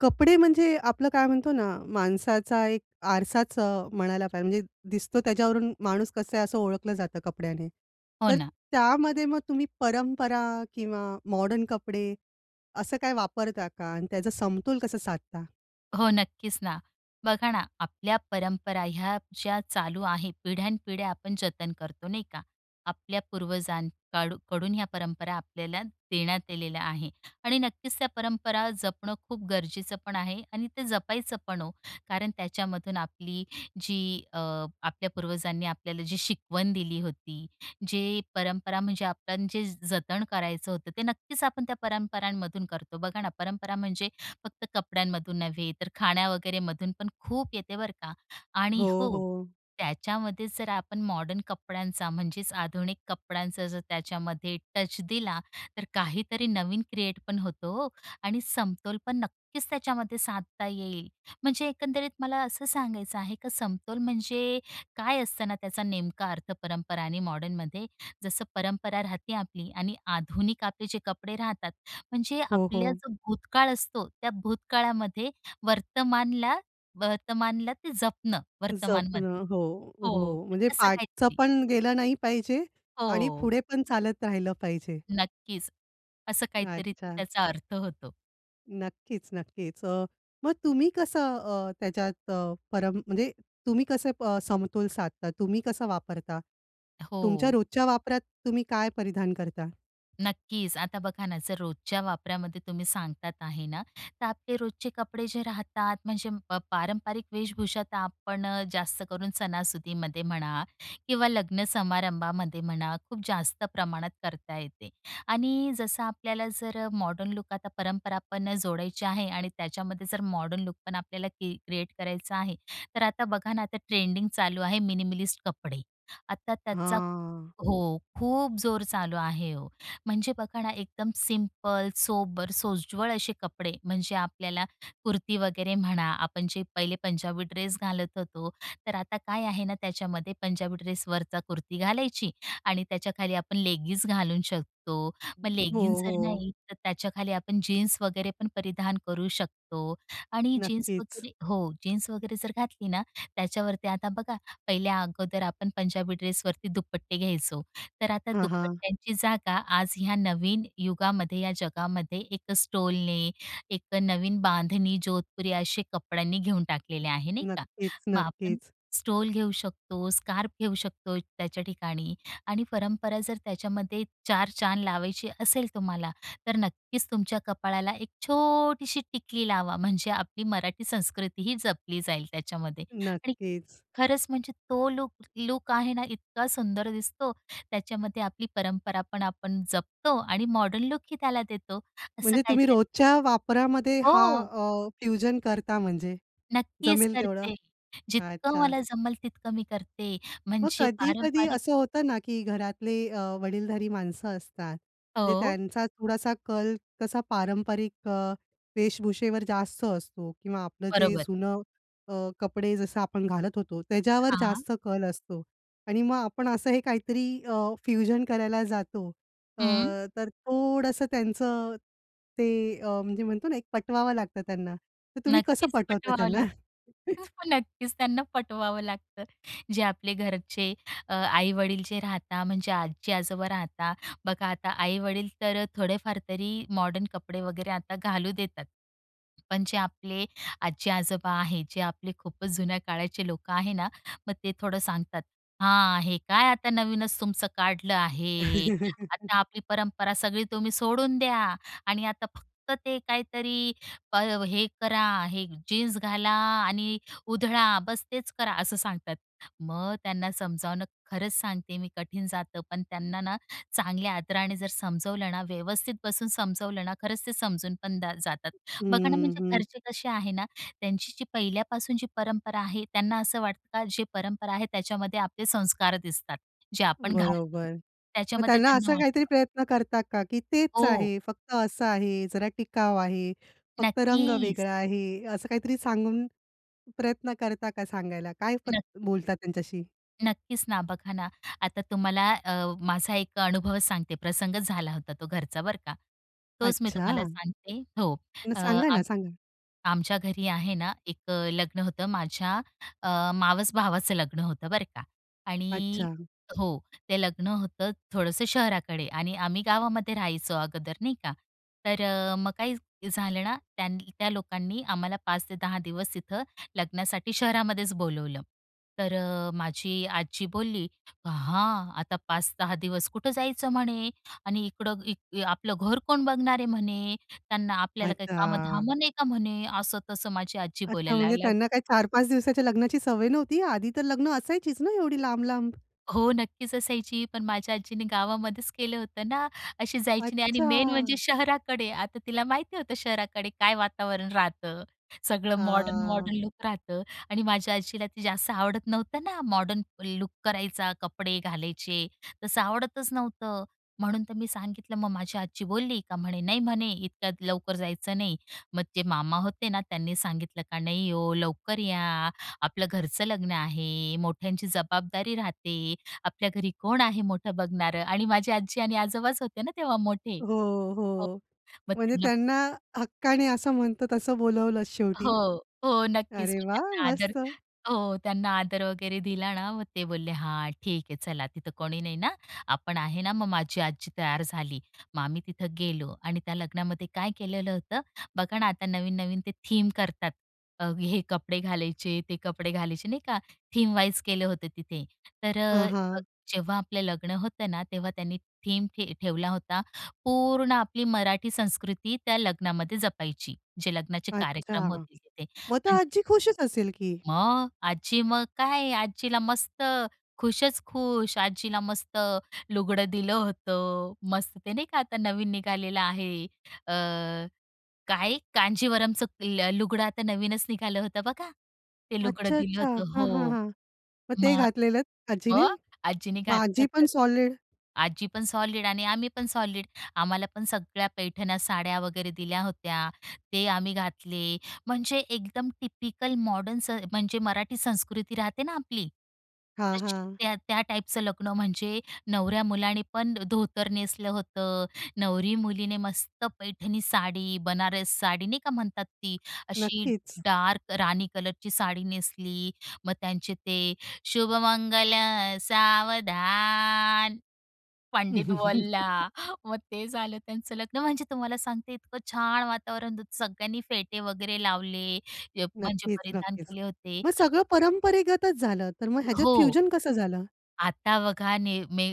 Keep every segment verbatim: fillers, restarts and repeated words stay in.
कपडे म्हणजे आपलं काय म्हणतो ना, माणसाचा एक आरसाच अ, म्हणायला पाहिजे म्हणजे दिसतो त्याच्यावरून माणूस कसं आहे असं ओळखलं जातं कपड्याने. हो तर ना. त्यामध्ये मग तुम्ही परंपरा किंवा मॉडर्न कपडे असं काय वापरता का? आणि त्याचा समतोल कसा साधता? हो, नक्कीच ना. बघा ना, आपल्या परंपरा ह्या ज्या चालू आहे, पिढ्यानपिढ्या आपण जतन करतो, नाही का? आपल्या पूर्वजांकाडू कडून ह्या परंपरा आपल्याला देण्यात आलेल्या आहे आणि नक्कीच त्या परंपरा जपणं खूप गरजेचं पण आहे आणि ते जपायचं पण हो. कारण त्याच्यामधून आपली जी अ, आपल्या पूर्वजांनी आपल्याला जी शिकवण दिली होती, जे परंपरा म्हणजे आपण जे जतन करायचं होतं, ते नक्कीच आपण त्या परंपरांमधून करतो. बघा ना, परंपरा म्हणजे फक्त कपड्यांमधून नव्हे, तर खाण्या वगैरे मधून पण खूप येते बरं का. आणि हो, हो, हो. त्याच्यामध्ये जर आपण मॉडर्न कपड्यांचा म्हणजेच आधुनिक कपड्यांचा जर त्याच्यामध्ये टच दिला, तर काहीतरी नवीन क्रिएट पण होतो हो आणि समतोल पण नक्कीच त्याच्यामध्ये साधता येईल. म्हणजे एकंदरीत मला असं सांगायचं आहे का समतोल म्हणजे काय असतं ना त्याचा नेमका अर्थ परंपरा आणि मॉडर्नमध्ये? जसं परंपरा राहते आपली आणि आधुनिक आपले जे कपडे राहतात म्हणजे हो, हो. आपला जो भूतकाळ असतो, त्या भूतकाळामध्ये वर्तमानला वर्तमानला ते जपणं वर्तमानमध्ये. जपणं. हो, हो. हो, म्हणजे असं पाठचं काहीतरी. पण गेलं नाही पाहिजे आणि हो, पुढे पण चालत राहिलं पाहिजे. नक्कीच. असं काहीतरी ते अच्छा. त्याचा अर्थ होतो. नक्कीच, नक्कीच. अ, मग तुम्ही कसं अ, त्याच्यात अ, परम म्हणजे तुम्ही कसं अ, समतोल साधता? तुम्ही कसा वापरता? हो. तुमच्या रोजच्या वापरात तुम्ही काय परिधान करता? नक्कीच. आता बघा ना, जर रोजच्या वापरामध्ये तुम्ही सांगतात आहे ना, तर आपले रोजचे कपडे जे राहतात म्हणजे प पारंपरिक वेशभूषा तर आपण अ, जास्त करून सणासुदीमध्ये म्हणा किंवा लग्न समारंभामध्ये म्हणा, खूप जास्त प्रमाणात करता येते. आणि जसं आपल्याला जर मॉडर्न लूक आता परंपरा पण जोडायची आहे आणि त्याच्यामध्ये जर मॉडर्न लूक पण आपल्याला क्रिएट करायचा आहे, तर आता बघा ना, आता ट्रेंडिंग चालू आहे मिनिमलिस्ट कपडे. आता त्याचा हां. हो, खूप जोर चालू आहे हो. म्हणजे बघा ना, एकदम सिंपल, सोबर, सोज्वळ असे कपडे म्हणजे आपल्याला कुर्ती वगैरे म्हणा, आपण जे पहिले पंजाबी ड्रेस घालत होतो, तर आता काय आहे ना, त्याच्यामध्ये पंजाबी ड्रेसवरचा कुर्ती घालायची आणि त्याच्याखाली आपण लेगिन्स घालू शकतो. मग हो, लेगिन्स जर हो. नाही, तर त्याच्याखाली आपण जीन्स वगैरे पण परिधान करू शकतो आणि जीन्स नक्कीच. वगैरे हो, जीन्स वगैरे जर घातली ना, त्याच्यावरती आता बघा पहिल्या अगोदर आपण पंजाबी ड्रेसवरती दुपट्टे घ्यायचो. तर आता हां, हां. दुपट्ट्यांची जागा आज ह्या नवीन युगामध्ये, या जगामध्ये एक स्टोलने, एक नवीन बांधणी, जोधपुरी असे कपड्यांनी घेऊन टाकलेले आहे, नाही का? नक्कीच, मग आपण नक्कीच. स्टोल घेऊ शकतो, स्कार्फ घेऊ शकतो त्याच्या ठिकाणी आणि परंपरा जर त्याच्यामध्ये चार चांद लावायची असेल तुम्हाला, तर नक्कीच तुमच्या कपाळाला एक छोटीशी टिकली लावा. म्हणजे आपली मराठी संस्कृती ही जपली जाईल त्याच्यामध्ये आणि नक्कीच. खरंच म्हणजे तो लूक लूक आहे ना इतका सुंदर दिसतो. त्याच्यामध्ये आपली परंपरा पण आपण जपतो आणि मॉडर्न लूकही त्याला देतो असं म्हणजे तुम्ही काहीतरी. रोजच्या वापरामध्ये हा हो, फ्युजन करता म्हणजे नक्कीच जमेल तेवढं. करते. जितकं अच्छा. मला जमेल तितकं मी करते. मग म्हणजे कधी-कधी पारंपरिक असं होतं ना, की घरातले अ, वडीलधारी माणसं असतात. म्हणजे हो, त्यांचा थोडासा कल कसा पारंपरिक अ, वेशभूषेवर जास्त असतो किंवा आपलं जे बरोबर. जुनं अ, कपडे जसं आपण घालत होतो, त्याच्यावर हां. जास्त कल असतो आणि मग आपण असं हे काहीतरी अ, फ्युजन करायला जातो. अ, हं. तर थोडंसं त्यांचं ते अ, म्हणजे म्हणतो ना, एक पटवावं लागतं त्यांना. तर तुम्ही कसं नक्कीच पटवता पटवावं त्यांना? लागतं. नक्कीच त्यांना पटवावं लागतं. जे आपले घरचे आई-वडील जे राहता म्हणजे आजी-आजोबा राहता. बघा आता आई-वडील तर थोडेफार तरी मॉडर्न कपडे वगैरे आता घालू देतात. पण जे आपले आजी-आजोबा आहे, जे आपले खूपच जुन्या काळाचे लोकं आहे ना, मग ते थोडं सांगतात, "हां, हे काय आता नवीनच तुमचं काढलं आहे. आता आपली परंपरा सगळी तुम्ही सोडून द्या आणि आता फक्त ते काहीतरी प हे करा, हे जीन्स घाला आणि उधळा, बस तेच करा असं सांगतात. मग त्यांना समजावणं खरंच सांगते मी कठीण जातं, पण त्यांना ना चांगल्या आदराने जर समजवलं ना, व्यवस्थित बसून समजवलं ना, खरंच ते समजून पण दा जातात. बघा ना हं, म्हणजे हं. घरचे कसे आहे ना, त्यांची जी पहिल्यापासून जी परंपरा आहे, त्यांना असं वाटतं का जी परंपरा आहे त्याच्यामध्ये आपले संस्कार दिसतात, जे आपण घालतो. बरोबर. मग त्याच्यामध्ये त्यांना त्यांना असा वाटतं. काहीतरी प्रयत्न करता का, की तेच हो, आहे, फक्त असं आहे, जरा टिकाव आहे, फक्त रंग नक्कीच. वेगळा आहे, असं काहीतरी सांगून प्रयत्न करता का सांगायला? काय प्र बोलता त्यांच्याशी? नक्कीच ना. बघा ना, आता तुम्हाला अ, माझा एक अनुभव सांगते. प्रसंग झाला होता तो घरचा बरं का. तोच मी तुम्हाला अच्छा. सांगते. हो. मग सांगा ना, सांगा. आमच्या घरी आहे ना, एक अ, लग्न होतं माझ्या अ, मावस भावाचं लग्न होतं बरं का आणि अच्छा, हो, ते लग्न होतं थोडंसं शहराकडे आणि आम्ही गावामध्ये राहायचो अगोदर नाही का. तर अ, मग काय झालं ना, त्या त्या लोकांनी आम्हाला पाच ते दहा दिवस तिथं लग्नासाठी शहरामध्येच बोलवलं. तर अ, माझी आजी बोलली, "हां, आता पाच ते दहा दिवस कुठं जायचं?" म्हणे आणि "इकडं इ आपलं घर कोण बघणार आहे?" म्हणे त्यांना आपल्याला काही कामं अच्छा. धामं नाही का म्हणे, असं तसं माझी आजी अच्छा, बोलायला म्हणजे लागली. त्यांना काय चार ते पाच दिवसाच्या लग्नाची सवय नव्हती? आधी तर लग्न असायचीच ना एवढी लांब-लांब? हो, नक्कीच असायची. पण माझ्या आजीने गावामध्येच केलं होतं ना, अशी जायची नाही आणि अच्छा. मेन म्हणजे शहराकडे. आता तिला माहिती होतं शहराकडे काय वातावरण राहतं, सगळं मॉडर्न, आ मॉडर्न लुक राहतं आणि माझ्या आजीला ते जास्त आवडत नव्हतं ना, मॉडर्न लूक करायचा, कपडे घालायचे, तसं आवडतच नव्हतं. म्हणून तर मी सांगितलं. मग माझी आजी बोलली का म्हणे, "नाही म्हणे, इतक्या लवकर जायचं नाही." मग जे मामा होते ना, त्यांनी सांगितलं का, "नाही हो, लवकर या. आपलं घरचं लग्न आहे, मोठ्यांची जबाबदारी राहते. आपल्या घरी कोण आहे मोठं बघणारं आणि माझी आजी आणि आजोबाच होते ना तेव्हा मोठे. हो, हो. हो. मग म्हणजे त्यांना त्यांना हक्काने असं म्हणतो तसं बोलवलं हो, शेवटी. हो. नक्कीच. अरे मग वाह! त्यांना आदर मस्त. हो, त्यांना आदर वगैरे दिला ना, मग ते बोलले, "हां, ठीक आहे, चला तिथं कोणी नाही ना, आपण आहे ना." मग माझी आजी तयार झाली. मग आम्ही तिथं गेलो आणि त्या लग्नामध्ये काय केलेलं होतं, बघा ना, आता नवीन-नवीन ते थीम करतात. अ, हे कपडे घालायचे, ते कपडे घालायचे, नाही का? थीम वाईज केलं होतं तिथे. तर हां, अ, हां. जेव्हा आपलं लग्न होतं ना, तेव्हा त्यांनी थीम ठेवला होता. पूर्ण आपली मराठी संस्कृती त्या लग्नामध्ये जपायची. जे लग्नाचे अच्छा. कार्यक्रम होतील तिथे. मग तर म्हणजे आजी खुशच असेल की. मग आजी मग काय आजीला मस्त खुशच खुश. आजीला मस्त लुगडं दिलं होतं. मस्त ते नाही का आता नवीन निघालेलं आहे. अ, काय कांजीवरमचं ल लुगडं आता नवीनच निघालं होतं बघा. ते लुगडं अच्छा, दिलं अच्छा. होतं. हां, हां, हो. हां. मग ते मग घातलेलं आजीने? मग आजीने मग घातलं आजी पण होतं. सॉलिड आजी पण सॉलिड आणि आम्ही पण सॉलिड. आम्हाला पण सगळ्या पैठण्या साड्या वगैरे दिल्या होत्या. ते आम्ही घातले. म्हणजे एकदम टिपिकल मॉडर्न स म्हणजे मराठी संस्कृती राहते ना आपली, हां, तशी हां. त्या त्या टाईपचं लग्न म्हणजे नवऱ्या मुलाने पण धोतर नेसलं होतं. नवरी मुलीने मस्त पैठणी साडी, बनारस साडी नाही का म्हणतात ती, अशी नक्कीच. डार्क राणी कलरची साडी नेसली. मग त्यांचे ते शुभमंगल सावधान पंडित बोलला. मग ते झालं त्यांचं लग्न. म्हणजे तुम्हाला सांगते इतकं छान वातावरण होतं. सगळ्यांनी फेटे वगैरे लावले, अ, म्हणजे नक्कीच, परिधान नक्कीच. केले होते. मग सगळं परंपरेगतच झालं. तर मग ह्याच्यात हो. फ्युजन कसं झालं? आता बघा ने मे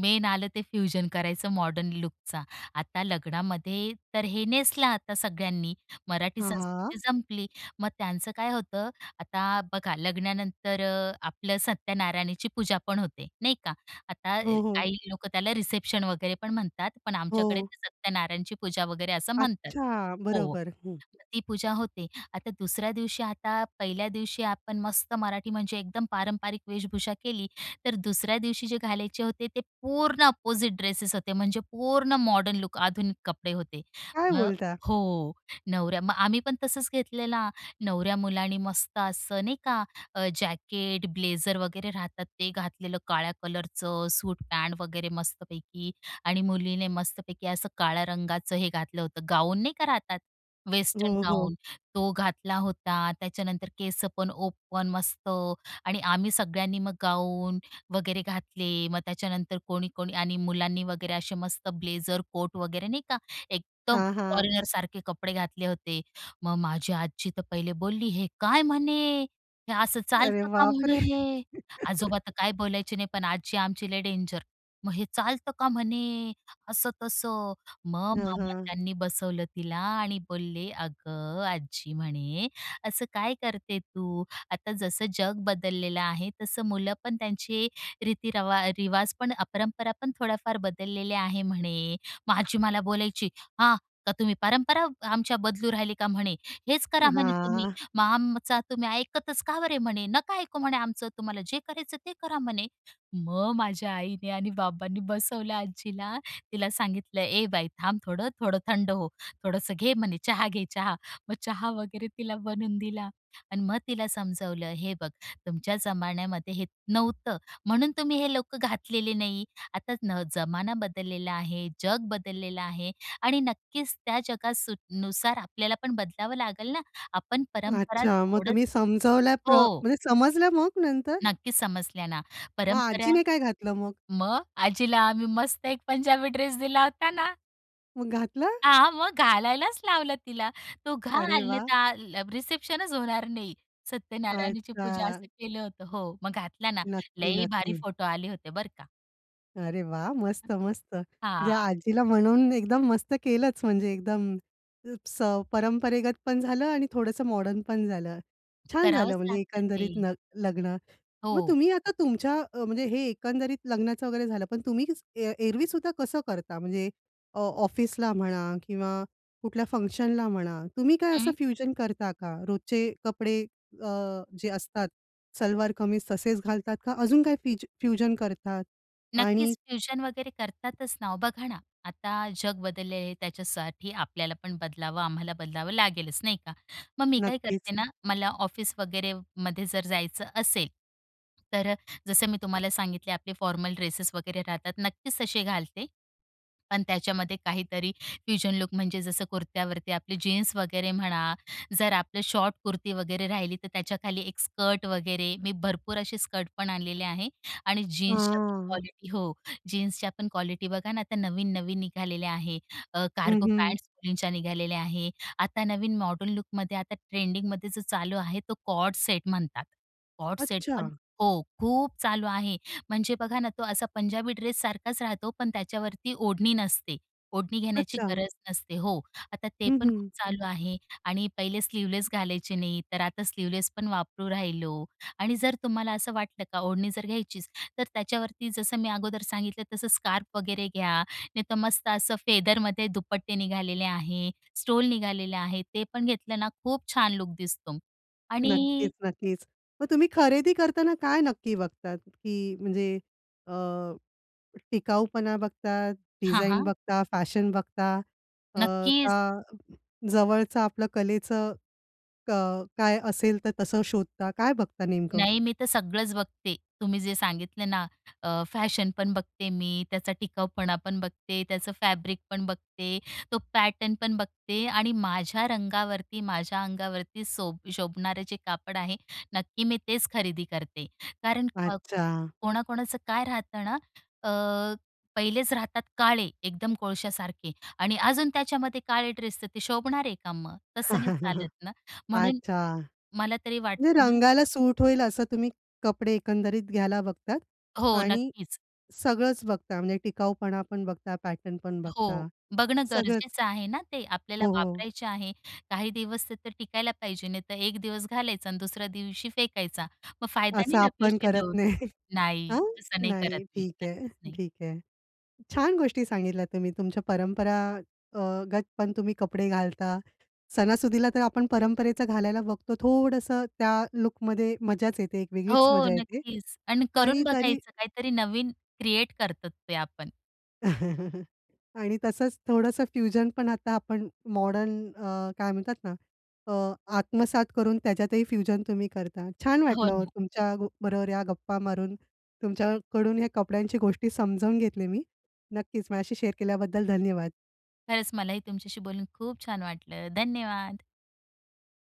मेन आलं ते फ्युजन करायचं मॉडर्न लूकचा. आता लग्नामध्ये तर हे नेसलं आता सगळ्यांनी. मराठी हां, हां. संस्कृती जमली. मग त्यांचं काय होतं, आता बघा लग्नानंतर अ, आपलं सत्यनारायणाची पूजा पण होते, नाही का? आता अ, हो, हो. काही लोकं त्याला रिसेप्शन वगैरे पण म्हणतात, पण हो. आमच्याकडे ते सत्यनारायणची पूजा वगैरे असं म्हणतात. अच्छा. हो. बरोबर. हं. मग ती पूजा होते. आता दुसऱ्या दिवशी आता पहिल्या दिवशी आपण मस्त मराठी म्हणजे एकदम पारंपरिक वेशभूषा केली. तर दुसऱ्या दिवशी जे घालायचे होते ते पूर्ण अपोझिट ड्रेसेस होते, म्हणजे पूर्ण मॉडर्न लुक आधुनिक कपडे होते. काय मग बोलता? हो, नवऱ्या मग आम्ही पण तसंच घेतलेला. नवऱ्या मुलाने मस्त असं नाही का अ, जॅकेट, ब्लेझर वगैरे राहतात ते घातलेलं काळ्या कलरचं सूट पॅन्ट वगैरे मस्तपैकी आणि मुलीने मस्तपैकी असं काळ्या रंगाचं हे घातलं होतं. गाऊन नाही का राहतात, हो, वेस्टर्न हो. गाऊन तो घातला होता. त्याच्यानंतर केस पण ओपन मस्त आणि आम्ही सगळ्यांनी मग गाऊन वगैरे घातले. मग त्याच्यानंतर कोणी कोणी आणि मुलांनी वगैरे असे मस्त ब्लेझर कोट वगैरे नाही का एकदम हां, हां. फॉरेनर सारखे कपडे घातले होते. मग माझी आजी तर पहिले बोलली, "हे काय म्हणे? हे असं अरे चालतं का बापरे! म्हणे?" आजोबा तर काय बोलायचे नाही, पण आजी आमची लय डेंजर. "मग हे चालतं का म्हणे?" असं-तसं. मग हां, मामा हां. त्यांनी बसवलं तिला आणि बोलले, "अगं आजी," म्हणे, "असं काय करते तू? आता जसं जग बदललेलं आहे, तसं मुलं पण त्यांचे रीतीरवा रिवाज पण परंपरा पण थोड्याफार बदललेल्या आहे म्हणे. मग आजी मला बोलायची, "हां, का तुम्ही परंपरा आमच्या बदलू राहिली का?" म्हणे. "हेच करा म्हणे तुम्ही. हां. मग आमचा तुम्ही ऐकतच का बरे?" म्हणे. "नका ऐकू म्हणे आमचं. तुम्हाला जे करायचं ते करा" म्हणे. मग माझ्या आईने आणि बाबांनी बसवलं आजीला. तिला सांगितलं, "ए बाई थांब थोडं, थोडं थंड हो. थोडंसं घे" म्हणे, "चहा घे चहा." मग चहा वगैरे तिला बनवून दिला आणि मग तिला समजावलं, "हे बघ तुमच्या जमान्यामध्ये हे नव्हतं. म्हणून तुम्ही हे लोकं घातलेले नाही. आता न जमाना बदललेला आहे, जग बदललेलं आहे आणि नक्कीच त्या जगात सु नुसार आपल्याला पण बदलावं लागेल ना. आपण परंपरा अच्छा. मग सोडत तुम्ही समजावल्या प्र हो, म्हणजे समजलं मग नंतर? नक्कीच समजल्या ना. मग परंपरा आजीने काय घातलं मग? मग आजीला आम्ही मस्त एक पंजाबी ड्रेस दिला होता ना. मग घातलं? हां, मग घालायलाच लावला तिला. तो अरे घाल वाह! नाही रिसेप्शनच होणार नाही. सत्यनारायणाची पूजा अच्छा. असं केलं होतं. हो, मग घातला ना. नक्की, लई भारी नक्की. फोटो आले होते बरं का. अरे वा, मस्त, मस्त. म्हणजे हां. आजीला म्हणून एकदम मस्त केलंच म्हणजे एकदम स परंपरेगत पण झालं आणि थोडंसं मॉडर्न पण झालं. छान झालं करावंच म्हणजे लागतं ते. एकंदरीत न लग्न. हो. मग तुम्ही आता तुमच्या अ, म्हणजे हे एकंदरीत लग्नाचं वगैरे झालं, पण तुम्ही स- ए एरवी सुद्धा कसं करता? म्हणजे अ, ऑफिसला म्हणा किंवा कुठल्या फंक्शनला म्हणा, तुम्ही काय असं हं, फ्युजन करता का? रोजचे कपडे अ, जे असतात सलवार कमीज तसेच घालतात का? अजून काय फिज फ्युजन करतात? आणि नक्कीच फ्युजन वगैरे करतातच ना. ओ बघा ना, आता जग बदललेलं आहे त्याच्यासाठी आपल्याला पण बदलावं, आम्हाला बदलावं लागेलच नाही का? मग मी काय नक्कीच. करते ना, मला ऑफिस वगैरे मध्ये जर जायचं असेल, तर जसं मी तुम्हाला सांगितले आपले फॉर्मल ड्रेसेस वगैरे राहतात, नक्कीच तसे घालते. पण त्याच्यामध्ये काहीतरी फ्युजन लूक म्हणजे जसं कुर्त्यावरती आपली जीन्स वगैरे म्हणा, जर आपलं शॉर्ट कुर्ती वगैरे राहिली, तर त्याच्याखाली एक स्कर्ट वगैरे, मी भरपूर असे स्कर्ट पण आणलेले आहे. आणि जीन्सच्या पण हां. क्वालिटी हो, जीन्सच्या पण क्वालिटी बघा ना, आता नवीन-नवीन निघालेल्या आहे. अ, हं, कार्गो हं. पॅन्ट्स मुलींच्या निघालेल्या आहे. आता नवीन मॉडर्न लूकमध्ये आता ट्रेंडिंगमध्ये जो चालू आहे, तो कॉर्ड सेट म्हणतात. कॉर्ड सेट अच्छा, पण हो, खूप चालू आहे. म्हणजे बघा ना, तो असा पंजाबी ड्रेस सारखाच राहतो, पण त्याच्यावरती ओढणी नसते. ओढणी घेण्याची अच्छा. गरज नसते. हो, आता ते हं, पण खूप हं. चालू आहे आणि पहिले स्लीव्हलेस घालायचे नाही, तर आता स्लीव्हलेस पण वापरू राहिलो आणि जर तुम्हाला असं वाटलं का ओढणी जर घ्यायची तर त्याच्यावरती जसं मी अगोदर सांगितलं तसं स्कार्फ वगैरे घ्या, नाहीतर मस्त असं फेदरमध्ये दुपट्टे निघालेले आहे, स्टोल निघालेले आहे, ते पण घेतलं ना खूप छान लूक दिसतो. हं. नक्कीच, आणि नक्कीच. मग तुम्ही खरेदी करताना काय नक्की बघतात? की म्हणजे अ, टिकाऊपणा बघतात, हां, डिझाइन हां. बघता, फॅशन बघता अ, नक्कीच. का जवळचं आपलं कलेचं क काय असेल तर तसं शोधता? काय बघता नेमकं? नाही, मी तर सगळंच बघते. तुम्ही जे सांगितलं ना फॅशन पण बघते मी, त्याचा टिकाऊपणा पण बघते, त्याचं फॅब्रिक पण बघते, तो पॅटर्न पण बघते आणि माझ्या रंगावरती, माझ्या अंगावरती सोब शोभणारं जे कापड आहे, नक्की मी तेच खरेदी करते. कारण अच्छा. कोणाकोणाचं काय राहतं ना, अ, पहिलेच राहतात काळे, एकदम कोळशासारखे आणि अजून त्याच्यामध्ये काळे ड्रेस तर ते शोभणार आहे का मग? तसं नाही चालत ना. म्हणून अच्छा. मला तरी म्हणजे वाटतं ना रंगाला सूट होईल असं तुम्ही कपडे एकंदरीत घ्यायला बघतात हो, आणि नक्कीच. सगळंच बघता, म्हणजे टिकाऊपणा पण बघता, पॅटर्न पण हो, बघता. बघणं सगळंच. गरजेचं आहे ना ते. आपल्याला हो, हो. वापरायचे आहे. काही दिवस ते तर टिकायला पाहिजे, नाही तर एक दिवस घालायचा आणि दुसऱ्या दिवशी फेकायचा. मग फायदा नाही असं ना आपण पैसे करत देऊन. नाही. नाही, हां? तसं नाही नाही. करत मी. ठीक आहे, नक्कीच नाही. ठीक आहे. छान गोष्टी सांगितल्या तुम्ही. तुमच्या परंपरागत पण तुम्ही कपडे घालता. सणासुदीला तर आपण परंपरेचं घालायला बघतो. थोडंसं त्या लूकमध्ये मजाच येते, एक वेगळीच हो, मजा येते. नक्कीच. आणि करून आणि तरी बघायचं काहीतरी नवीन क्रिएट करतो ते आपण. आणि तसंच थोडंसं फ्युजन पण आता आपण मॉडर्न अ, काय म्हणतात ना, अ, आत्मसात करून त्याच्यातही फ्युजन तुम्ही करता. छान हो वाटलं हो ना. तुमच्या ग बरोबर या गप्पा मारून. तुमच्याकडून ह्या कपड्यांची गोष्टी समजावून घेतली मी. नक्कीच माझ्याशी शेअर केल्याबद्दल धन्यवाद. खरंच मलाही तुमच्याशी बोलून खूप छान वाटलं. धन्यवाद.